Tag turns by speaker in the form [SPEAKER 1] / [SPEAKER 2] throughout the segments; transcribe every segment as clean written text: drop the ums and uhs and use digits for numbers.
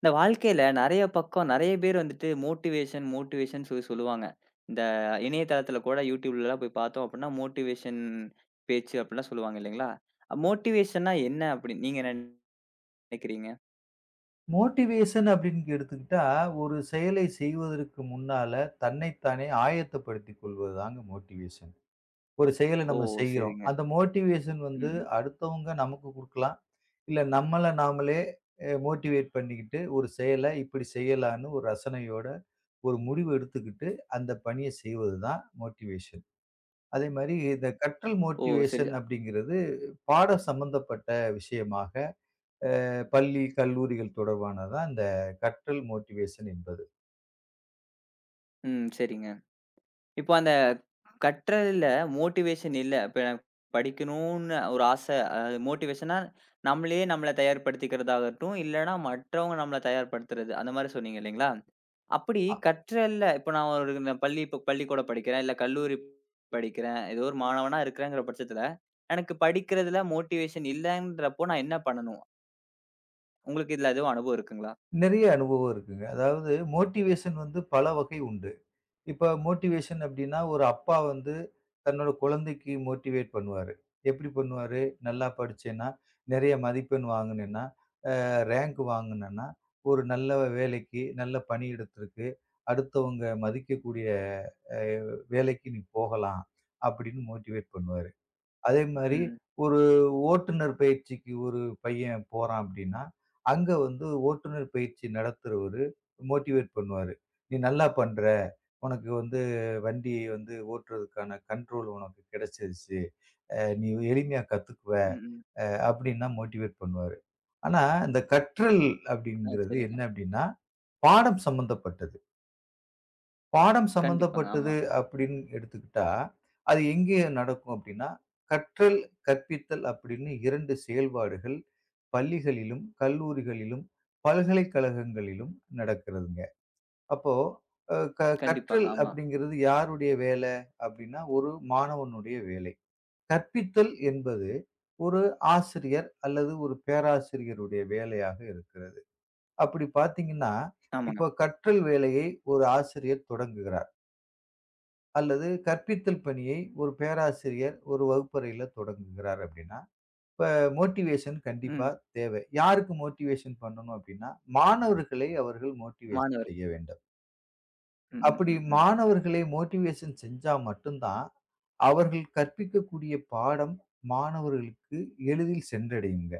[SPEAKER 1] இந்த வாழ்க்கையில நெறைய பக்கம் நெறைய பேர் வந்துட்டு மோட்டிவேஷன், மோட்டிவேஷன் சொல்லி சொல்லுவாங்க. இந்த இணையதளத்தில கூட YouTubeலலாம் போய் பார்த்தோம் அப்டின்னா, மோட்டிவேஷன் பேச்சு அப்டிலாம் சொல்லுவாங்க இல்லைங்களா? மோட்டிவேஷன்னா என்ன அப்டின்னு நீங்க என்ன நெனைக்கிறீங்க?
[SPEAKER 2] மோட்டிவேஷன் அப்படின்னு எடுத்துக்கிட்டா, ஒரு செயலை செய்வதற்கு முன்னால தன்னைத்தானே ஆயத்தப்படுத்திக் கொள்வது தாங்க மோட்டிவேஷன். ஒரு செயலை
[SPEAKER 1] ஓ!
[SPEAKER 2] நம்ம செய்கிறோம்.
[SPEAKER 1] சரிங்க.
[SPEAKER 2] அந்த மோட்டிவேஷன்
[SPEAKER 1] ம்.
[SPEAKER 2] வந்து
[SPEAKER 1] ம்.
[SPEAKER 2] அடுத்தவங்க நமக்கு குடுக்கலாம். இல்ல நம்மள நாமளே மோட்டிவேட் பண்ணிக்கிட்டு, ஒரு செயல இப்படி செய்யலான்னு ஒரு ரசனையோட ஒரு முடிவு எடுத்துக்கிட்டு, அந்த பணிய செய்வது தான் மோட்டிவேஷன். அதேமாரி இந்த கற்றல்
[SPEAKER 1] ஓ! சரி.
[SPEAKER 2] மோட்டிவேஷன் அப்படிங்கிறது பாடம் சம்பந்தப்பட்ட விஷயமாக பள்ளி, கல்லூரிகள் தொடர்பானதான் இந்த கற்றல் மோட்டிவேஷன் என்பது.
[SPEAKER 1] ம். சரிங்க. இப்போ அந்த கற்றல்ல மோட்டிவேஷன் இல்ல. இப்ப எனக்கு படிக்கணும்னு ஒரு ஆசை. அது மோட்டிவேஷன்னா, நம்மளே நம்மள தயார்படுத்திக்கிறதாகட்டும், இல்லன்னா மற்றவங்க நம்மள தயார்படுத்துறது. அந்த மாரி சொன்னீங்க இல்லைங்களா? அப்படி கற்றல்ல இப்ப நான் ஒரு நான் பள்ளி இப்ப பள்ளிக்கூடம் படிக்கிறேன், இல்ல கல்லூரி படிக்கிறேன். ஏதோ ஒரு மாணவனா இருக்கிறேங்கிற பட்சத்துல, எனக்கு படிக்கிறதுல மோட்டிவேஷன் இல்லன்றப்போ நான் என்ன பண்ணணும்? உங்களுக்கு இதுல எதுவும் அனுபவம் இருக்குங்களா?
[SPEAKER 2] நிறைய அனுபவம் இருக்குங்க. அதாவது மோட்டிவேஷன் வந்து பல வகை உண்டு. இப்ப மோட்டிவேஷன் அப்டின்னா, ஒரு அப்பா வந்து தன்னோட குழந்தைக்கு மோட்டிவேட் பண்ணுவாரு. எப்டி பண்ணுவாரு? நல்லா படிச்சேன்னா, நிறைய மதிப்பெண் வாங்குனேன்னா, ரேங்க் வாங்குனேன்னா, ஒரு நல்ல வேலைக்கு, நல்ல பணியிடத்திற்கு, அடுத்தவங்க மதிக்கக்கூடிய அ வேலைக்கு நீ போகலாம் அப்டின்னு மோட்டிவேட் பண்ணுவாரு. அதே மாரி
[SPEAKER 1] ம். ம்.
[SPEAKER 2] ஒரு ஓட்டுநர் பயிற்சிக்கு ஒரு பையன் போறான் அப்படின்னா, அங்க வந்து ஓட்டுநர் பயிற்சி நடத்துறவரு மோட்டிவேட் பண்ணுவாரு. "நீ நல்லா பண்ற. உனக்கு வந்து வண்டி வந்து ஓட்டுறதுக்கான கண்ட்ரோல் உனக்கு கிடைச்சிருச்சு. நீ எளிமையா கத்துக்குவ"
[SPEAKER 1] ம். ம்.
[SPEAKER 2] அப்படின்னா மோட்டிவேட் பண்ணுவாரு. ஆனா, இந்த கற்றல்
[SPEAKER 1] ஆ
[SPEAKER 2] அப்படிங்கிறது
[SPEAKER 1] சரிங்க.
[SPEAKER 2] என்ன அப்படின்னா, பாடம் சம்பந்தப்பட்டது. பாடம்
[SPEAKER 1] கண்டிப்பாங்க.
[SPEAKER 2] சம்மந்தப்பட்டது
[SPEAKER 1] ஆமா.
[SPEAKER 2] அப்படின்னு எடுத்துக்கிட்டா, அது எங்கே நடக்கும் அப்படின்னா, கற்றல், கற்பித்தல் அப்படின்னு 2 செயல்பாடுகள் பள்ளிகளிலும், கல்லூரிகளிலும், பல்கலைக்கழகங்களிலும் நடக்கிறதுங்க. அப்போ அ க
[SPEAKER 1] கண்டிப்பாங்க.
[SPEAKER 2] கற்றல்
[SPEAKER 1] ஆமா.
[SPEAKER 2] அப்படிங்கிறது யாருடைய வேலை அப்படின்னா, ஒரு மாணவனுடைய வேலை. கற்பித்தல் என்பது ஒரு ஆசிரியர் அல்லது ஒரு பேராசிரியருடைய வேலையாக இருக்கிறது. அப்படி பார்த்தீங்கன்னா,
[SPEAKER 1] ஆமாங்க.
[SPEAKER 2] இப்ப கற்றல் வேலையை ஒரு ஆசிரியர் தொடங்குகிறார். அல்லது கற்பித்தல் பணியை ஒரு பேராசிரியர் ஒரு வகுப்பறையில தொடங்குகிறார் அப்படின்னா, இப்ப மோட்டிவேஷன் கண்டிப்பா
[SPEAKER 1] ம்.
[SPEAKER 2] தேவை. யாருக்கு மோட்டிவேஷன் பண்ணணும் அப்படின்னா, மாணவர்களை அவர்கள் மோட்டிவேஷன்
[SPEAKER 1] மாணவர்.
[SPEAKER 2] செய்ய வேண்டும்.
[SPEAKER 1] ம், ம்,
[SPEAKER 2] அப்படி
[SPEAKER 1] ம், ம்.
[SPEAKER 2] மாணவர்களை மோட்டிவேஷன் செஞ்சா மட்டும் தான், அவர்கள் கற்பிக்கக்கூடிய பாடம் மாணவர்களுக்கு எளிதில் சென்றடையுங்க.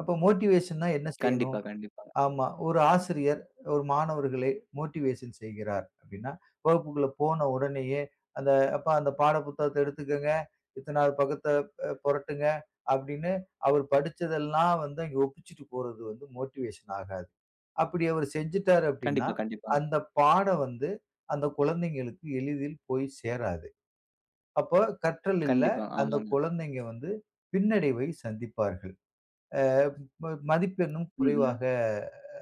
[SPEAKER 2] அப்ப மோட்டிவேஷன்னா என்ன செய்யணும்?
[SPEAKER 1] கண்டிப்பா, கண்டிப்பாங்க.
[SPEAKER 2] ஆமா. ஒரு ஆசிரியர் ஒரு மாணவர்களை மோட்டிவேஷன் செய்கிறார் அப்படின்னா, வகுப்புக்குள்ள போன உடனேயே அந்த "அப்பா அந்த பாட புத்தகத்த எடுத்துக்கங்க, இத்தனாவது பக்கத்த புரட்டுங்க" அப்படின்னு அவர் படிச்சதெல்லாம் வந்து அங்க ஒப்பிச்சுட்டு போறது வந்து மோட்டிவேஷன் ஆகாது. அப்படி அவர் செஞ்சுட்டாரு அப்படின்னா,
[SPEAKER 1] கண்டிப்பா, கண்டிப்பாங்க.
[SPEAKER 2] அந்த பாடம் வந்து அந்த குழந்தைங்களுக்கு எளிதில் போய் சேராது. அப்போ கற்றல் இல்ல.
[SPEAKER 1] கண்டிப்பா.
[SPEAKER 2] அந்த
[SPEAKER 1] ஆமாங்க.
[SPEAKER 2] குழந்தைங்க வந்து பின்னடைவை சந்திப்பார்கள். அ ம மதிப்பெண்ணும்
[SPEAKER 1] ம், ம்.
[SPEAKER 2] குறைவாக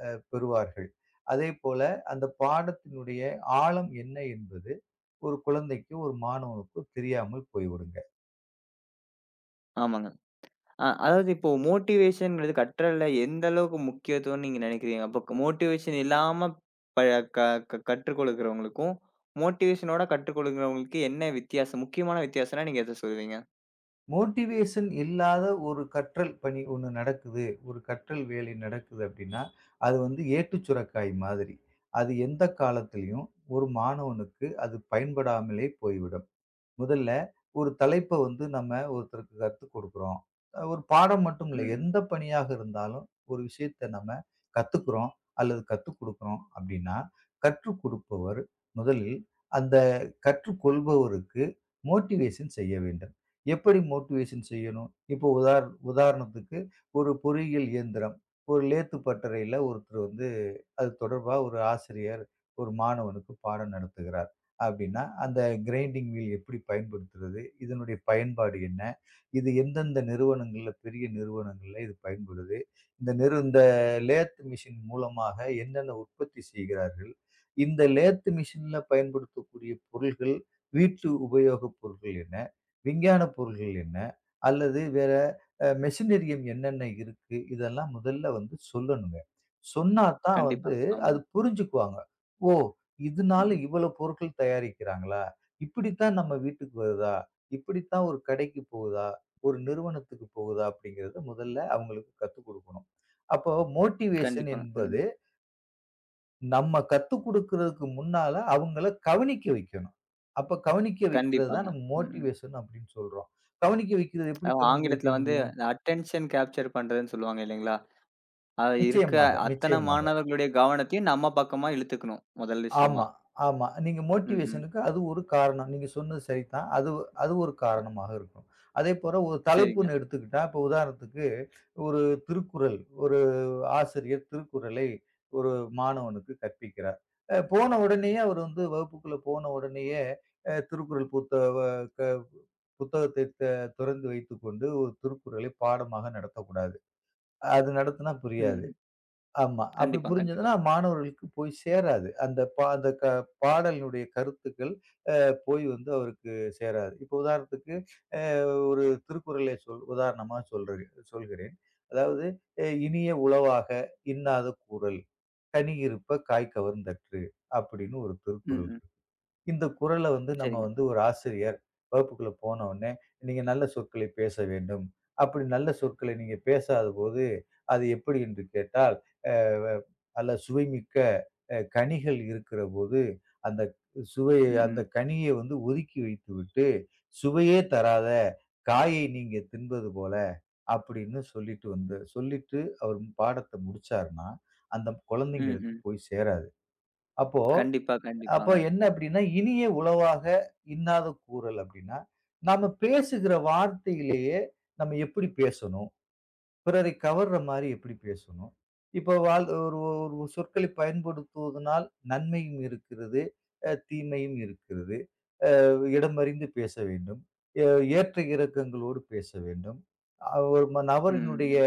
[SPEAKER 2] பெறுவார்கள். அதேபோல அந்த பாடத்தினுடைய ஆழம் என்ன என்பது ஒரு குழந்தைக்கு, ஒரு மாணவனுக்கு தெரியாமல் போய்விடுங்க.
[SPEAKER 1] ஆமாங்க. அதாவது இப்போ மோட்டிவேஷன்ங்கிறது கற்றல்ல எந்த அளவுக்கு முக்கியத்துவம்னு நீங்க நினைக்கிறீங்க? அப்ப மோட்டிவேஷன் இல்லாம ப க க கற்றுக் கொடுக்கிறவங்களுக்கும், மோட்டிவேஷனோட கற்றுக் கொடுக்கிறவங்களுக்கு என்ன வித்தியாசம்? முக்கியமான வித்தியாசம்னா நீங்க எத சொல்லுவீங்க?
[SPEAKER 2] மோட்டிவேஷன் இல்லாத ஒரு கற்றல் பணி ஒண்ணு நடக்குது, ஒரு கற்றல் வேலை நடக்குது அப்படின்னா, அது வந்து ஏட்டுச் சுரைக்காய் மாதிரி. அது எந்த காலத்திலயும் ஒரு மாணவனுக்கு அது பயன்படாமலே போய்விடும். முதல்ல ஒரு தலைப்ப வந்து நம்ம ஒருத்தருக்கு கத்துக் கொடுக்குறோம். ஒரு பாடம் மட்டும் இல்ல.
[SPEAKER 1] ம், ம்.
[SPEAKER 2] எந்த பணியாக இருந்தாலும் ஒரு விஷயத்த நம்ம கத்துக்குறோம் அல்லது கத்துக் குடுக்குறோம் அப்டின்னா, கற்றுக் கொடுப்பவர் முதலில் அந்த கற்றுக்கொள்பவருக்கு மோட்டிவேஷன் செய்ய வேண்டும். எப்படி மோட்டிவேஷன் செய்யணும்? இப்போ உதாரணத்துக்கு ஒரு பொறியியல் இயந்திரம். ஒரு லேத்து பட்டறையில ஒருத்தர் வந்து அது தொடர்பா ஒரு ஆசிரியர் ஒரு மாணவனுக்கு பாடம் நடத்துகிறார். அப்படின்னா, அந்த கிரைண்டிங் வீல் எப்படி பயன்படுத்துறது? இதனுடைய பயன்பாடு என்ன? இது எந்தெந்த நிறுவனங்கள்ல, பெரிய நிறுவனங்கள்ல இது பயன்படுது? இந்த லேத் மிஷின் மூலமாக என்னென்ன உற்பத்தி செய்கிறார்கள்? இந்த லேத் மிஷின்ல பயன்படுத்தக்கூடிய பொருள்கள், வீட்டு உபயோகப் பொருட்கள் என்ன? விஞ்ஞான பொருள்கள் என்ன? அல்லது வேற மெஷினரியம் என்னென்ன இருக்கு? இதெல்லாம் முதல்ல வந்து சொல்லணுங்க. சொன்னா தான் வந்து
[SPEAKER 1] கண்டிப்பாங்க.
[SPEAKER 2] அது
[SPEAKER 1] ஆமாங்க.
[SPEAKER 2] புரிஞ்சுக்குவாங்க. ஓ! இதனால
[SPEAKER 1] ம்.
[SPEAKER 2] இவ்வளோ பொருட்கள் தயாரிக்கிறாங்களா? இப்படித்தான் நம்ம வீட்டுக்கு வருதா? இப்படித்தான் ஒரு கடைக்கு போகுதா? ஒரு நிறுவனத்துக்கு போகுதா? அப்படிங்கிறத முதல்ல அவங்களுக்கு கத்துக் குடுக்கணும். அப்போ மோட்டிவேஷன்
[SPEAKER 1] கண்டிப்பாங்க. ம்.
[SPEAKER 2] என்பது நம்ம கத்துக் குடுக்கிறதுக்கு முன்னால அவங்கள கவனிக்க வைக்கணும். அப்ப கவனிக்க வைக்கிறது
[SPEAKER 1] கண்டிப்பாங்க.
[SPEAKER 2] தான் நம்ம
[SPEAKER 1] ம், ம்.
[SPEAKER 2] மோட்டிவேஷன் அப்படின்னு சொல்றோம். கவனிக்க வைக்கிறது எப்படி
[SPEAKER 1] அதாவது
[SPEAKER 2] கவனிக்க வைக்க
[SPEAKER 1] ஆங்கிலத்துல வந்து
[SPEAKER 2] முடியும்?
[SPEAKER 1] அட்டென்ஷன் கேப்சர் பண்றதுன்னு சொல்லுவாங்க இல்லைங்களா? இருக்க
[SPEAKER 2] நிச்சயமாக,
[SPEAKER 1] அத்தன
[SPEAKER 2] நிச்சயமாக.
[SPEAKER 1] மாணவர்களுடைய கவனத்தையும் நம்ம பக்கமா இழுத்துக்கணும், முதல் விஷயமா.
[SPEAKER 2] ஆமா, ஆமா. நீங்க
[SPEAKER 1] ம், ம்.
[SPEAKER 2] மோட்டிவேஷனுக்கு அது ஒரு காரணம். நீங்க சொன்னது சரிதான். அது அது ஒரு
[SPEAKER 1] அ
[SPEAKER 2] காரணமாக இருக்கும். அதேபோல ஒரு
[SPEAKER 1] சரிங்க.
[SPEAKER 2] தலைப்புன்னு எடுத்துக்கிட்டா, இப்ப உதாரணத்துக்கு ஒரு திருக்குறள், ஒரு ஆசிரியர் திருக்குறளை ஒரு மாணவனுக்கு கற்பிக்கிறார். போன உடனேயே அவர் வந்து வகுப்புக்குள்ள போன உடனேயே அ திருக்குறள் புத்த வ க புத்தகத்தை திறந்து வைத்துக்கொண்டு ஒரு திருக்குறளை பாடமாக நடத்தக்கூடாது. அது நடத்தினா
[SPEAKER 1] ம்,
[SPEAKER 2] புரியாது.
[SPEAKER 1] ம்.
[SPEAKER 2] ஆமா. அப்படி
[SPEAKER 1] கண்டிப்பா, கண்டிப்பா.
[SPEAKER 2] புரிஞ்சதுன்னா, மாணவர்களுக்கு போய் சேராது. அந்த பா அந்த க பாடலினுடைய கருத்துக்கள் அ போய் வந்து அவருக்கு சேராது. இப்போ உதாரணத்துக்கு அ ஒரு திருக்குறளை சொல் உதாரணமா சொல்றேன் சொல்கிறேன். அதாவது இனிய உளவாக இன்னாத கூறல், கனி இருப்ப காய் கவர்ந்தற்று" அப்படின்னு ஒரு
[SPEAKER 1] ம்,
[SPEAKER 2] திருக்குறள்
[SPEAKER 1] ம்.
[SPEAKER 2] இருக்கு. இந்த குறள வந்து நம்ம
[SPEAKER 1] சரிங்க.
[SPEAKER 2] வந்து ஒரு ஆசிரியர் வகுப்புக்குள்ள போனவுனே, "நீங்க நல்ல சொற்களை பேச வேண்டும். அப்படி நல்ல சொற்களை நீங்க பேசாதபோது, அது எப்படி என்று கேட்டால்" அல்ல சுவைமிக்க கனிகள் இருக்கிற போது, அந்த சுவைய
[SPEAKER 1] ம்,
[SPEAKER 2] அந்த
[SPEAKER 1] ம்.
[SPEAKER 2] கனிய வந்து ஒதுக்கி வைத்துவிட்டு, சுவையே தராத காயை நீங்க தின்பது போல அப்படின்னு சொல்லிட்டு அவர் பாடத்த முடிச்சாருன்னா, அந்த
[SPEAKER 1] ம்,
[SPEAKER 2] குழந்தைங்களுக்கு
[SPEAKER 1] ம்.
[SPEAKER 2] போய் சேராது. அப்போ
[SPEAKER 1] கண்டிப்பா,
[SPEAKER 2] அப்போ
[SPEAKER 1] கண்டிப்பாங்க.
[SPEAKER 2] என்ன அப்படின்னா, இனிய உளவாக இன்னாத கூறல் அப்படின்னா, நாம பேசுகிற வார்த்தையிலேயே நம்ம எப்படி பேசணும்? பிறரை கவர்ற மாரி எப்படி பேசணும்? இப்போ வாழ் ஒரு ஒரு சொற்களை பயன்படுத்துவதனால் நன்மையும் இருக்கிறது, தீமையும் இருக்கிறது. இடமறிந்து பேச வேண்டும். எ ஏற்ற இறக்கங்களோடு பேச வேண்டும். அ ஒரு ம
[SPEAKER 1] ம்,
[SPEAKER 2] நபரினுடைய
[SPEAKER 1] ம்.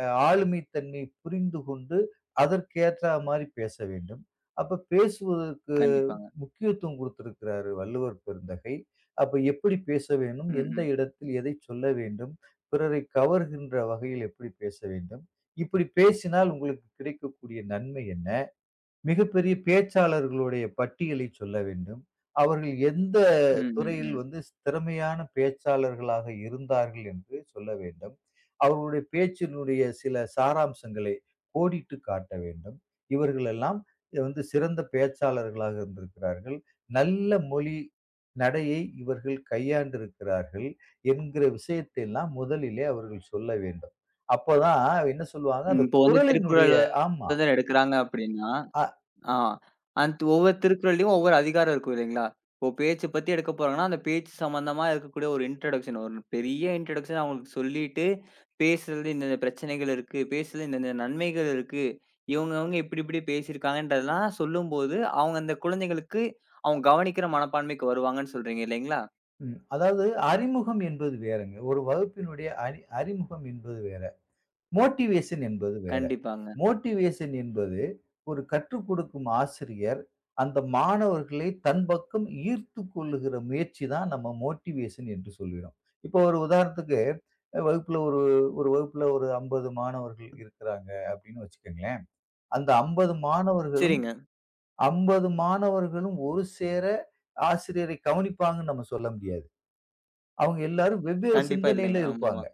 [SPEAKER 2] அ ஆளுமை தன்மை புரிந்து கொண்டு, அதற்கேற்றா மாரி பேச வேண்டும். அப்ப பேசுவதற்கு
[SPEAKER 1] கண்டிப்பாங்க.
[SPEAKER 2] முக்கியத்துவம் குடுத்திருக்கிறாரு வள்ளுவர் பெருந்தகை. அப்ப எப்படி பேச வேண்டும்?
[SPEAKER 1] ம்,
[SPEAKER 2] எந்த
[SPEAKER 1] ம்.
[SPEAKER 2] இடத்தில் எதைச் சொல்ல வேண்டும்? பிறரை கவர்கின்ற வகையில் எப்படி பேச வேண்டும்? இப்படி பேசினால் உங்களுக்கு கிடைக்கக்கூடிய நன்மை என்ன? மிகப்பெரிய பேச்சாளர்களுடைய பட்டியலை சொல்ல வேண்டும். அவர்கள் எந்த
[SPEAKER 1] ம், ம்,
[SPEAKER 2] துறையில்
[SPEAKER 1] ம்.
[SPEAKER 2] வந்து திறமையான பேச்சாளர்களாக இருந்தார்கள் என்று சொல்ல வேண்டும். அவர்களுடைய பேச்சினுடைய சில சாராம்சங்களை கோடிட்டு காட்ட வேண்டும். இவர்களெல்லாம் வந்து சிறந்த பேச்சாளர்களாக இருந்திருக்கிறார்கள். நல்ல மொழி, நடையை இவர்கள் கையாண்டிருக்கிறார்கள் என்கிற விஷயத்தை எல்லாம் முதலிலே அவர்கள் சொல்ல வேண்டும். அப்பதான் என்ன சொல்லுவாங்க,
[SPEAKER 1] ம்.
[SPEAKER 2] அந்த
[SPEAKER 1] இப்போ வந்து
[SPEAKER 2] குரலினுடைய
[SPEAKER 1] திருக்குறள்
[SPEAKER 2] ஆமா.
[SPEAKER 1] வந்து எடுக்குறாங்க அப்படின்னா
[SPEAKER 2] அ
[SPEAKER 1] ஆ. அந்த ஒவ்வொரு திருக்குறள்லயும் ஒவ்வொரு அதிகாரம் இருக்கும் இல்லைங்களா? இப்போ பேச்சு பத்தி எடுக்க போறாங்கன்னா, அந்த பேச்சு சம்மந்தமா இருக்கக்கூடிய ஒரு இன்ட்ரோடக்ஷன், ஒரு பெரிய இன்ட்ரோடக்ஷன் அவங்களுக்கு சொல்லிட்டு, பேசுறது இந்தந்த பிரச்சனைகள் இருக்கு. பேசுறது இந்தந்த நன்மைகள் இருக்கு. இவங்கவங்க இப்படி இப்படி பேசியிருக்காங்கன்றதெல்லாம் சொல்லும்போது, அவங்க அந்த குழந்தைகளுக்கு அவங்க கவனிக்கிற மனப்பான்மைக்கு வருவாங்கன்னு சொல்றீங்க இல்லைங்களா?
[SPEAKER 2] ம். அதாவது அறிமுகம் என்பது வேறங்க. ஒரு வகுப்பினுடைய அறிமுகம் என்பது வேற. மோட்டிவேஷன் என்பது வேற.
[SPEAKER 1] கண்டிப்பாங்க.
[SPEAKER 2] மோட்டிவேஷன் என்பது ஒரு கற்றுக் கொடுக்கும் ஆசிரியர், அந்த மாணவர்களை தன் பக்கம் ஈர்த்துக் கொள்ளுகிற முயற்சி தான் நம்ம மோட்டிவேஷன் என்று சொல்கிறோம். இப்போ ஒரு உதாரணத்துக்கு அஹ், வகுப்புல ஒரு வகுப்புல ஒரு 50 மாணவர்கள் இருக்கிறாங்க அப்படின்னு வச்சுக்கங்களேன். அந்த 50 மாணவர்களும்
[SPEAKER 1] சரிங்க.
[SPEAKER 2] 50 மாணவர்களும் ஒரு சேர ஆசிரியரை கவனிப்பாங்கன்னு நம்ம சொல்ல முடியாது. அவங்க எல்லாரும் வெவ்வேறு
[SPEAKER 1] கண்டிப்பா
[SPEAKER 2] சிந்தனையில
[SPEAKER 1] இல்லைங்க.
[SPEAKER 2] இருப்பாங்க.
[SPEAKER 1] ஆமாமா.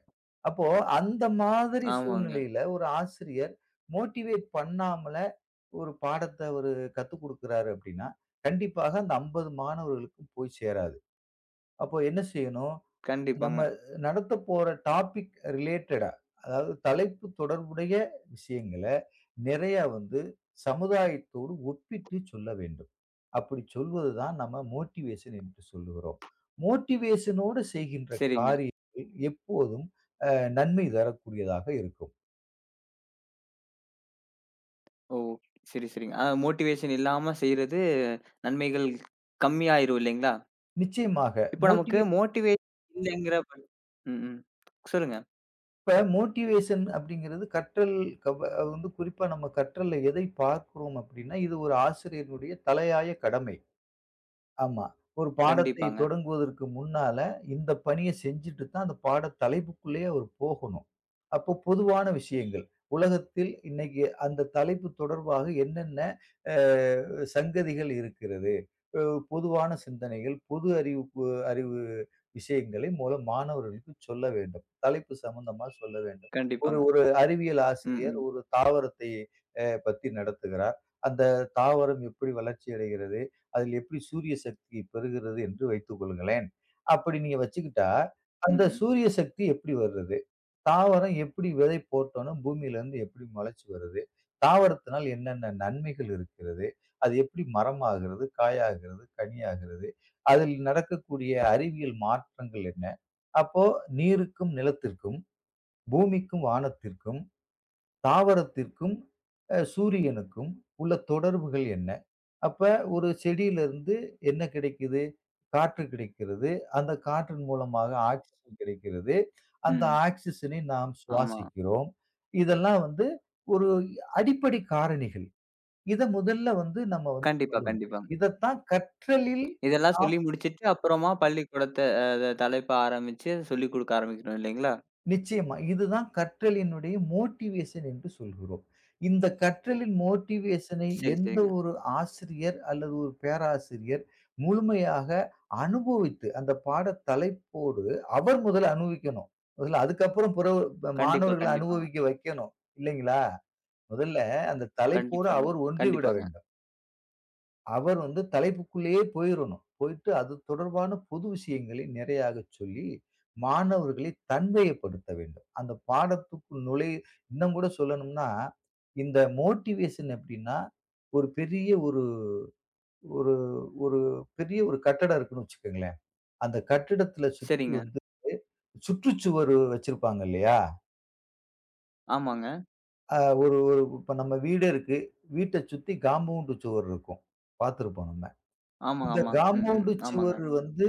[SPEAKER 2] அப்போ அந்த மாதிரி
[SPEAKER 1] ஆமாங்க.
[SPEAKER 2] சூழ்நிலையில ஒரு ஆசிரியர் மோட்டிவேட் பண்ணாமல ஒரு பாடத்த அவரு கத்துக் குடுக்குறாரு அப்படின்னா, கண்டிப்பாக அந்த 50 மாணவர்களுக்கும் போய் சேராது. அப்போ என்ன செய்யணும்? நம்ம
[SPEAKER 1] கண்டிப்பாங்க.
[SPEAKER 2] நடத்த போற டாபிக் ரிலேட்டடா, அதாவது தலைப்பு தொடர்புடைய விஷயங்கள நிறையா வந்து சமுதாயத்தோடு ஒப்பிட்டு சொல்ல வேண்டும். அப்படி சொல்வது தான் நம்ம மோட்டிவேஷன் என்று சொல்லுகிறோம். மோட்டிவேஷனோடு செய்கின்ற
[SPEAKER 1] சரிங்க.
[SPEAKER 2] காரியங்கள் எப்போதும் அ நன்மை தரக்கூடியதாக இருக்கும்.
[SPEAKER 1] ஓ! சரி, சரிங்க. மோட்டிவேஷன் இல்லாம செய்றது நன்மைகள் கம்மியாயிரும் இல்லைங்களா?
[SPEAKER 2] நிச்சயமாக
[SPEAKER 1] இப்ப நமக்கு
[SPEAKER 2] மோட்டிவே
[SPEAKER 1] மோட்டிவேஷன் இல்லைங்கிற ப ம், ம். சொல்லுங்க.
[SPEAKER 2] இப்ப மோட்டிவேஷன் அப்படிங்கிறது கற்றல் கவ அது வந்து குறிப்பா நம்ம கற்றல்ல எதை பார்க்கிறோம் அப்படின்னா, இது ஒரு ஆசிரியனுடைய தலையாய கடமை. ஆமா. ஒரு பாடத்தை
[SPEAKER 1] கண்டிப்பாங்க,
[SPEAKER 2] தொடங்குவதற்கு முன்னால, இந்த பணிய செஞ்சுட்டு தான் அந்த பாட தலைப்புக்குள்ளேயே அவர் போகணும். அப்போ பொதுவான விஷயங்கள். உலகத்தில் இன்னைக்கு அந்த தலைப்பு தொடர்பாக என்னென்ன அ சங்கதிகள் இருக்கிறது? அ பொதுவான சிந்தனைகள், பொது அறிவு பு அறிவு விஷயங்களை மூலம் மாணவர்களுக்கு சொல்ல வேண்டும். தலைப்பு சம்பந்தமா சொல்ல வேண்டும். ஒரு
[SPEAKER 1] கண்டிப்பாங்க.
[SPEAKER 2] ஒரு அறிவியல்
[SPEAKER 1] ம்,
[SPEAKER 2] ஆசிரியர்
[SPEAKER 1] ம்.
[SPEAKER 2] ஒரு தாவரத்தை பத்தி நடத்துகிறார். அந்த தாவரம் எப்படி வளர்ச்சி அடைகிறது? அதில் எப்படி சூரிய சக்தி பெறுகிறது என்று வைத்துக் கொள்ளுங்களேன். அப்படி நீங்க வச்சுக்கிட்டா,
[SPEAKER 1] ம்,
[SPEAKER 2] அந்த
[SPEAKER 1] ம்.
[SPEAKER 2] சூரிய சக்தி எப்படி வருது? தாவரம் எப்படி விதை போட்டோன்ன பூமியிலிருந்து எப்படி முளைச்சு வருது? தாவரத்தினால் என்னென்ன நன்மைகள் இருக்கிறது? அது எப்படி மரமாகிறது? காயாகிறது? கனியாகிறது? அதில் நடக்கக்கூடிய அறிவியல் மாற்றங்கள் என்ன? அப்போ நீருக்கும், நிலத்திற்கும், பூமிக்கும், வானத்திற்கும் தாவரத்திற்கும் சூரியனுக்கும் உள்ள தொடர்புகள் என்ன? அப்ப ஒரு செடியிலிருந்து என்ன கிடைக்குது? காற்று கிடைக்கிறது. அந்த காற்றின் மூலமாக ஆக்ஸிஜன் கிடைக்கிறது. அந்த
[SPEAKER 1] ம்.
[SPEAKER 2] ஆக்ஸிஜனை நாம்
[SPEAKER 1] ஆமா.
[SPEAKER 2] சுவாசிக்கிறோம். இதெல்லாம் வந்து ஒரு அடிப்படை காரணிகள். இத முதல்ல வந்து நம்ம வந்து
[SPEAKER 1] கண்டிப்பா,
[SPEAKER 2] சொல்லணும்.
[SPEAKER 1] கண்டிப்பாங்க.
[SPEAKER 2] இதத்தான் கற்றலில்
[SPEAKER 1] இதெல்லாம்
[SPEAKER 2] நாம்
[SPEAKER 1] சொல்லி முடிச்சுட்டு அப்புறமா பள்ளிக்கூடத்த அ த தலைப்ப ஆரம்பிச்சு சொல்லிக் குடுக்க ஆரம்பிக்கணும் இல்லைங்களா?
[SPEAKER 2] நிச்சயமா. இதுதான் கற்றலினுடைய மோட்டிவேஷன் என்று சொல்கிறோம். இந்த கற்றலின் மோட்டிவேஷனை
[SPEAKER 1] சரி,
[SPEAKER 2] எந்த
[SPEAKER 1] சரிங்க.
[SPEAKER 2] ஒரு ஆசிரியர் அல்லது ஒரு பேராசிரியர் முழுமையாக அனுபவித்து, அந்த பாட தலைப்போடு அவர் முதல்ல அனுபவிக்கணும். முதல்ல அதுக்கப்புறம் பிற
[SPEAKER 1] கண்டிப்பா,
[SPEAKER 2] மாணவர்கள
[SPEAKER 1] கண்டிப்பாங்க.
[SPEAKER 2] அனுபவிக்க வைக்கணும். இல்லைங்களா? முதல்ல அந்த தலைப்போடு
[SPEAKER 1] கண்டிப்பாங்க,
[SPEAKER 2] அவர் ஒன்றி விட
[SPEAKER 1] கண்டிப்பாங்க.
[SPEAKER 2] வேண்டும். அவர் வந்து தலைப்புக்குள்ளேயே போயிரணும். போயிட்டு அது தொடர்பான பொது விஷயங்களை நிறையாகச் சொல்லி, மாணவர்களை தன்மைப்படுத்த வேண்டும். அந்த பாடத்துக்குள் நுழை இன்னும் கூட சொல்லணும்னா, இந்த மோட்டிவேஷன் எப்படின்னா, ஒரு பெரிய ஒரு ஒரு ஒரு பெரிய ஒரு கட்டடம் இருக்குன்னு வச்சுக்கங்களேன். அந்த கட்டிடத்துல சுத்தி
[SPEAKER 1] சரிங்க.
[SPEAKER 2] வந்து சுற்றுச்சுவர் வச்சிருப்பாங்க இல்லையா?
[SPEAKER 1] ஆமாங்க.
[SPEAKER 2] அ ஒரு ஒரு இப்ப நம்ம வீடு இருக்கு. வீட்டச் சுத்தி காம்பவுண்ட் சுவர் இருக்கும். பார்த்திருப்போம் நம்ம.
[SPEAKER 1] ஆமா,
[SPEAKER 2] இந்த
[SPEAKER 1] ஆமா. ம், ம்.
[SPEAKER 2] காம்பவுண்ட்
[SPEAKER 1] ஆமாங்க.
[SPEAKER 2] சுவர் வந்து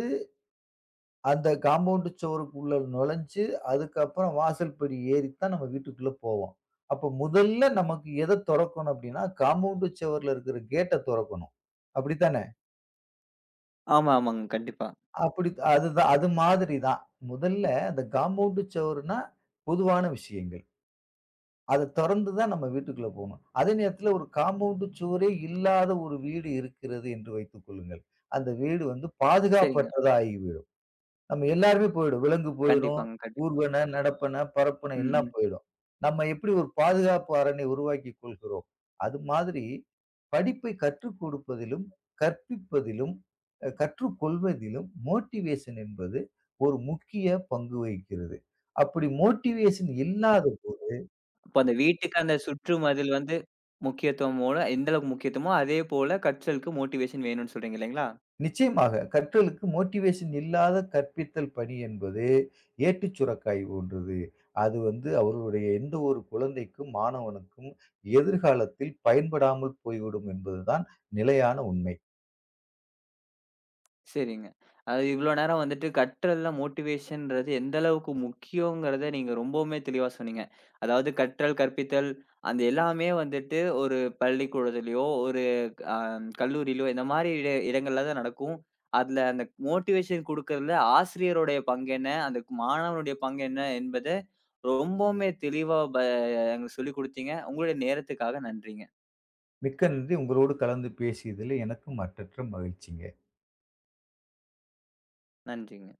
[SPEAKER 2] அந்த காம்பவுண்ட் சுவருக்குள்ள நுழைஞ்சு, அதுக்கப்புறம் வாசல் படி ஏறித்தான் நம்ம வீட்டுக்குள்ள போவோம். அப்ப முதல்ல நமக்கு எத தொறக்கணும் அப்டின்னா, காம்பவுண்ட் சுவர்ல இருக்கிற கேட்ட தொறக்கணும். அப்படித்தானே?
[SPEAKER 1] ஆமா, ஆமாங்க. கண்டிப்பா.
[SPEAKER 2] அப்படி அதுதான் அது மாதிரி தான். முதல்ல அந்த காம்பவுண்ட் சுவருனா பொதுவான விஷயங்கள். அத தொறந்து தான் நம்ம வீட்டுக்குள்ள போணும். அதே நேரத்துல ஒரு காம்பவுண்ட் சுவரே இல்லாத ஒரு வீடு இருக்கிறது என்று வைத்துக் கொள்ளுங்கள். அந்த வீடு வந்து
[SPEAKER 1] சரிங்க.
[SPEAKER 2] பாதுகாப்பற்றதா ஆகிவிடும். நம்ம எல்லாருமே போயிடும். விலங்கு போயிரும்.
[SPEAKER 1] கண்டிப்பாங்க, கண்டிப்பா.
[SPEAKER 2] ஊர்வன, நடப்பன, பறப்பன
[SPEAKER 1] ம்.
[SPEAKER 2] எல்லாம்
[SPEAKER 1] ம்.
[SPEAKER 2] போயிடும். நம்ம எப்படி ஒரு பாதுகாப்பு அரணை உருவாக்கிக் கொள்கிறோம், அது மாதிரி படிப்பை கற்றுக் கொடுப்பதிலும், கற்பிப்பதிலும், கற்றுக்கொள்வதிலும் மோட்டிவேஷன் என்பது ஒரு முக்கிய பங்கு வகிக்கிறது. அப்படி மோட்டிவேஷன் இல்லாத
[SPEAKER 1] அப்ப அந்த வீட்டுக்கு அந்த சுற்றுமதில் வந்து முக்கியத்துவமோட எந்த அளவுக்கு முக்கியத்துவமோ, அதே போல கற்றலுக்கு மோட்டிவேஷன் வேணும்னு சொல்றீங்க இல்லைங்களா?
[SPEAKER 2] நிச்சயமாக கற்றலுக்கு மோட்டிவேஷன் இல்லாத கற்பித்தல் பணி என்பது ஏட்டுச் சுரக்காய் போன்றது. அது வந்து அவர்களுடைய எந்த ஒரு குழந்தைக்கும், மாணவனுக்கும் எதிர்காலத்தில் பயன்படாமல் போய்விடும் என்பதுதான் நிலையான உண்மை.
[SPEAKER 1] சரிங்க. அது இவ்ளோ நேரம் வந்துட்டு கற்றல்ல மோட்டிவேஷன்றது எந்த அளவுக்கு முக்கியங்கிறத நீங்க ரொம்பவுமே தெளிவா சொன்னீங்க. அதாவது கற்றல், கற்பித்தல் அந்த எல்லாமே வந்துட்டு ஒரு பள்ளிக்கூடத்திலயோ, ஒரு அ கல்லூரியிலோ இந்த மாரி இட இடங்கள்ல தான் நடக்கும். அதுல அந்த மோட்டிவேஷன் குடுக்கறதுல ஆசிரியருடைய பங்கு என்ன? அந்த மாணவனுடைய பங்கு என்ன என்பத ரொம்பவுமே தெளிவா எங்களுக்கு சொல்லிக் குடுத்தீங்க. உங்களுடைய நேரத்துக்காக நன்றிங்க.
[SPEAKER 2] மிக்க நன்றி. உங்களோடு கலந்து பேசியதிலே எனக்கும் அற்றற்ற மகிழ்ச்சிங்க.
[SPEAKER 1] நன்றிங்க.